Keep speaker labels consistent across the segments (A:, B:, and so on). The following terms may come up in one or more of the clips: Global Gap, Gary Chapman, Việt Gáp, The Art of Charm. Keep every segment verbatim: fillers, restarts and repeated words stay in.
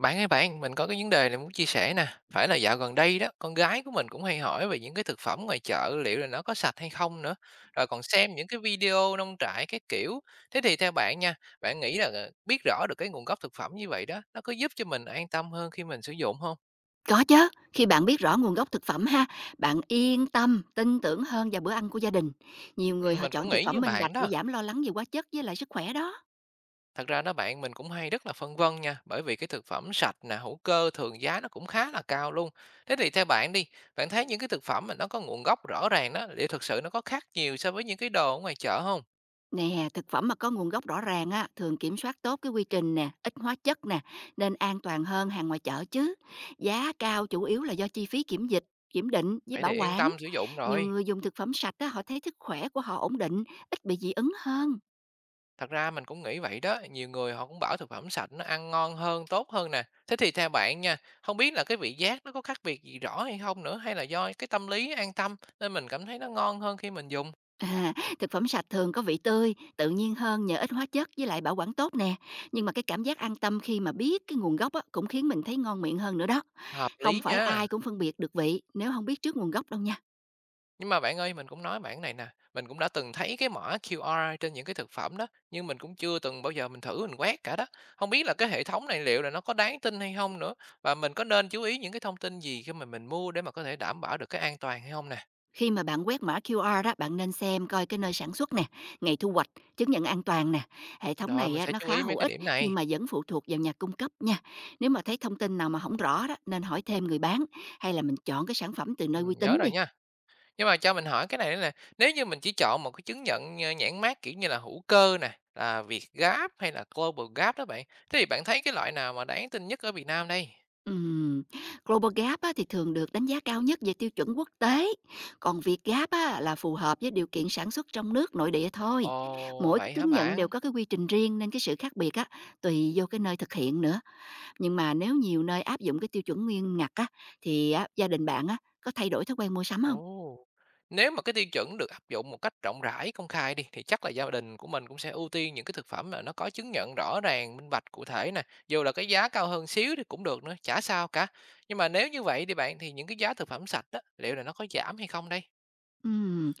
A: Bạn ơi bạn, mình có cái vấn đề này muốn chia sẻ nè. Phải là dạo gần đây đó, con gái của mình cũng hay hỏi về những cái thực phẩm ngoài chợ liệu là nó có sạch hay không nữa. Rồi còn xem những cái video nông trại cái kiểu. Thế thì theo bạn nha, bạn nghĩ là ờ, biết rõ được cái nguồn gốc thực phẩm như vậy đó, nó có giúp cho mình an tâm hơn khi mình sử dụng không?
B: Có chứ khi bạn biết rõ nguồn gốc thực phẩm ha, bạn yên tâm, tin tưởng hơn vào bữa ăn của gia đình. Nhiều
A: Ừ,
B: người họ
A: mình
B: chọn
A: cũng
B: thực
A: nghĩ
B: phẩm
A: như
B: minh bạch
A: bạn
B: để
A: đó.
B: giảm lo lắng về hóa chất với lại sức khỏe đó.
A: Thật ra đó bạn, mình cũng hay rất là phân vân nha, bởi vì cái thực phẩm sạch nè, hữu cơ thường giá nó cũng khá là cao luôn. Thế thì theo bạn đi, bạn thấy những cái thực phẩm mà nó có nguồn gốc rõ ràng đó, liệu thực sự nó có khác nhiều so với những cái đồ ở ngoài chợ không?
B: Nè, thực phẩm mà có nguồn gốc rõ ràng á, thường kiểm soát tốt cái quy trình nè, ít hóa chất nè, nên an toàn hơn hàng ngoài chợ chứ. Giá cao chủ yếu là do chi phí kiểm dịch, kiểm định với
A: Vậy thì
B: bảo
A: yên
B: quản.
A: tâm sử dụng
B: Nhiều
A: rồi.
B: người dùng thực phẩm sạch á, họ thấy sức khỏe của họ ổn định, ít bị dị ứng hơn.
A: Thật ra mình cũng nghĩ vậy đó, nhiều người họ cũng bảo thực phẩm sạch nó ăn ngon hơn, tốt hơn nè. Thế thì theo bạn nha, không biết là cái vị giác nó có khác biệt gì rõ hay không nữa, hay là do cái tâm lý an tâm nên mình cảm thấy nó ngon hơn khi mình dùng.
B: À, thực phẩm sạch thường có vị tươi, tự nhiên hơn nhờ ít hóa chất với lại bảo quản tốt nè. Nhưng mà cái cảm giác an tâm khi mà biết cái nguồn gốc á, cũng khiến mình thấy ngon miệng hơn nữa đó.
A: Hợp
B: Không
A: lý
B: phải
A: nha.
B: ai cũng phân biệt được vị nếu không biết trước nguồn gốc đâu nha.
A: Nhưng mà bạn ơi, mình cũng nói bạn này nè, mình cũng đã từng thấy cái mã quy rờ trên những cái thực phẩm đó, nhưng mình cũng chưa từng bao giờ mình thử mình quét cả đó. Không biết là cái hệ thống này liệu là nó có đáng tin hay không nữa và mình có nên chú ý những cái thông tin gì khi mà mình mua để mà có thể đảm bảo được cái an toàn hay không nè.
B: Khi mà bạn quét mã quy rờ đó, bạn nên xem coi cái nơi sản xuất nè, ngày thu hoạch, chứng nhận an toàn nè. Hệ thống
A: Rồi
B: này
A: mình
B: á,
A: sẽ
B: nó
A: chú
B: khá
A: ý
B: hữu
A: mấy cái
B: ích
A: điểm
B: nhưng
A: này.
B: mà vẫn phụ thuộc vào nhà cung cấp nha. Nếu mà thấy thông tin nào mà không rõ đó, nên hỏi thêm người bán hay là mình chọn cái sản phẩm từ
A: Ừ,
B: nơi uy tín
A: nhớ
B: đi.
A: rồi nha. Nhưng mà cho mình hỏi cái này nữa nè, nếu như mình chỉ chọn một cái chứng nhận ờ, nhãn mác kiểu như là hữu cơ nè, là Việt Gáp hay là Global Gap đó bạn, thế thì bạn thấy cái loại nào mà đáng tin nhất ở Việt Nam đây?
B: Ừm, Global Gap á, thì thường được đánh giá cao nhất về tiêu chuẩn quốc tế, còn Việt Gap á, là phù hợp với điều kiện sản xuất trong nước nội địa thôi.
A: Ồ,
B: Mỗi cái
A: vậy hả
B: chứng nhận đều
A: bạn?
B: có cái quy trình riêng nên cái sự khác biệt á, tùy vô cái nơi thực hiện nữa. Nhưng mà nếu nhiều nơi áp dụng cái tiêu chuẩn nghiêm ngặt á, thì á, gia đình bạn á, có thay đổi thói quen mua sắm không?
A: Ồ! Nếu mà cái tiêu chuẩn được áp dụng một cách rộng rãi, công khai đi, thì chắc là gia đình của mình cũng sẽ ưu tiên những cái thực phẩm mà nó có chứng nhận rõ ràng, minh bạch, cụ thể nè, dù là cái giá cao hơn xíu thì cũng được nữa, chả sao cả. Nhưng mà nếu như vậy thì bạn, thì những cái giá thực phẩm sạch đó liệu là nó có giảm hay không đây?
B: Ừm,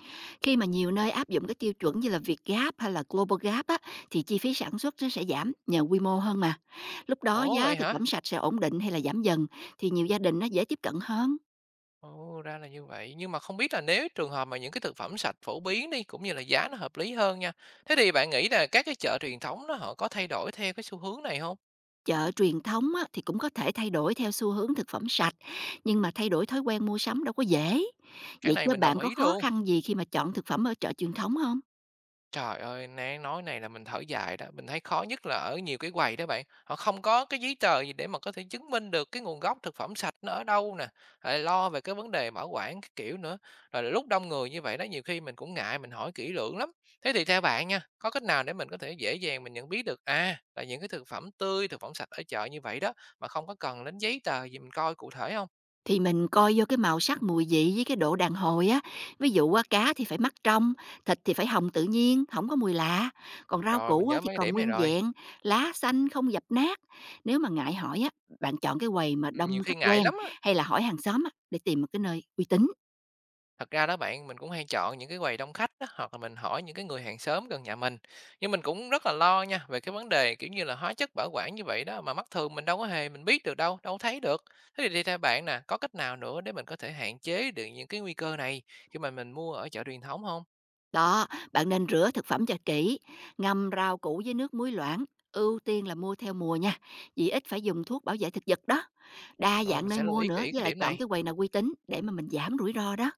B: khi mà nhiều nơi áp dụng cái tiêu chuẩn như là Việt Gáp hay là Global Gap á, thì chi phí sản xuất nó sẽ giảm nhờ quy mô hơn mà. Lúc đó
A: Ồ,
B: giá
A: vậy
B: thực
A: hả?
B: phẩm sạch sẽ ổn định hay là giảm dần thì nhiều gia đình nó dễ tiếp cận hơn.
A: Ồ, ra là như vậy. Nhưng mà không biết là nếu trường hợp mà những cái thực phẩm sạch phổ biến đi, cũng như là giá nó hợp lý hơn nha, thế thì bạn nghĩ là các cái chợ truyền thống đó họ có thay đổi theo cái xu hướng này không?
B: Chợ truyền thống á, thì cũng có thể thay đổi theo xu hướng thực phẩm sạch, nhưng mà thay đổi thói quen mua sắm đâu có dễ.
A: Cái
B: Vậy
A: này
B: các
A: mình
B: bạn
A: đồng
B: có
A: ý
B: khó
A: luôn.
B: khăn gì khi mà chọn thực phẩm ở chợ truyền thống không?
A: Trời ơi, nán nói này là mình thở dài đó, mình thấy khó nhất là ở nhiều cái quầy đó bạn, họ không có cái giấy tờ gì để mà có thể chứng minh được cái nguồn gốc thực phẩm sạch nó ở đâu nè, lại lo về cái vấn đề bảo quản các kiểu nữa. Rồi là lúc đông người như vậy đó, nhiều khi mình cũng ngại mình hỏi kỹ lưỡng lắm. Thế thì theo bạn nha, có cách nào để mình có thể dễ dàng mình nhận biết được à là những cái thực phẩm tươi, thực phẩm sạch ở chợ như vậy đó mà không có cần đến giấy tờ gì mình coi cụ thể không?
B: Thì mình coi vô cái màu sắc, mùi vị với cái độ đàn hồi á. Ví dụ á, cá thì phải mắt trong, thịt thì phải hồng tự nhiên, không có mùi lạ, còn rau
A: Rồi mình
B: củ á,
A: nhớ
B: thì
A: mấy cái
B: còn
A: điểm này
B: nguyên
A: rồi.
B: vẹn, lá xanh không dập nát. Nếu mà ngại hỏi á, bạn chọn cái quầy mà
A: Ừ, nhiều
B: đông
A: khi
B: khách
A: ngại
B: quen
A: lắm á.
B: hay là hỏi hàng xóm á, để tìm một cái nơi uy tín.
A: Thật ra đó bạn, mình cũng hay chọn những cái quầy đông khách đó hoặc là mình hỏi những cái người hàng xóm gần nhà mình. Nhưng mình cũng rất là lo nha về cái vấn đề kiểu như là hóa chất bảo quản như vậy đó mà mắt thường mình đâu có hề mình biết được đâu, đâu thấy được. Thế thì đi theo bạn nè, có cách nào nữa để mình có thể hạn chế được những cái nguy cơ này khi mà mình mua ở chợ truyền thống không?
B: Đó, bạn nên rửa thực phẩm cho kỹ, ngâm rau củ với nước muối loãng, ưu tiên là mua theo mùa nha, vì ít phải dùng thuốc bảo vệ thực vật đó. Đa
A: Rồi
B: dạng
A: mình
B: nơi
A: sẽ lưu
B: mua
A: ý kỹ
B: nữa, với
A: cái
B: lại
A: điểm
B: chọn
A: này.
B: cái quầy nào uy tín để mà mình giảm rủi ro đó.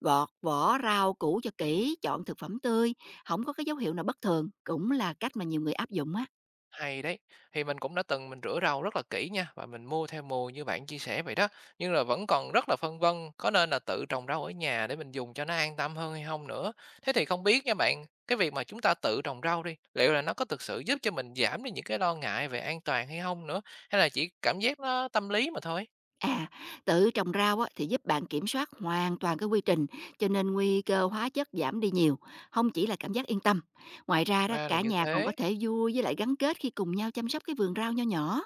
B: Gọt vỏ rau củ cho kỹ, chọn thực phẩm tươi, không có cái dấu hiệu nào bất thường, cũng là cách mà nhiều người áp dụng á.
A: Hay đấy. Thì mình cũng đã từng mình rửa rau rất là kỹ nha và mình mua theo mùa như bạn chia sẻ vậy đó. Nhưng là vẫn còn rất là phân vân có nên là tự trồng rau ở nhà để mình dùng cho nó an tâm hơn hay không nữa. Thế thì không biết nha bạn, cái việc mà chúng ta tự trồng rau đi, liệu là nó có thực sự giúp cho mình giảm đi những cái lo ngại về an toàn hay không nữa, hay là chỉ cảm giác nó tâm lý mà thôi.
B: À, tự trồng rau á, thì giúp bạn kiểm soát hoàn toàn cái quy trình, cho nên nguy cơ hóa chất giảm đi nhiều, không chỉ là cảm giác yên tâm. Ngoài ra đó,
A: Ra là
B: cả
A: như
B: nhà còn có
A: thế.
B: thể vui với lại gắn kết khi cùng nhau chăm sóc cái vườn rau nho nhỏ.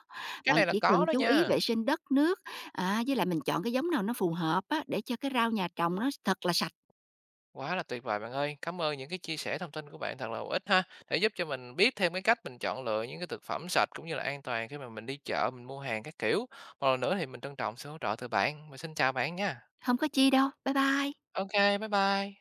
A: Cái
B: Bạn
A: này là
B: chỉ cần
A: có đó
B: chú ý
A: nha.
B: vệ sinh đất, nước, à, với lại mình chọn cái giống nào nó phù hợp á, để cho cái rau nhà trồng nó thật là sạch,
A: Quá là tuyệt vời bạn ơi. Cảm ơn những cái chia sẻ thông tin của bạn thật là hữu ích ha. Để giúp cho mình biết thêm cái cách mình chọn lựa những cái thực phẩm sạch cũng như là an toàn khi mà mình đi chợ, mình mua hàng các kiểu. Một lần nữa thì mình trân trọng sự hỗ trợ từ bạn. Mình xin chào bạn nha.
B: không có chi đâu. Bye bye.
A: Ok, bye bye.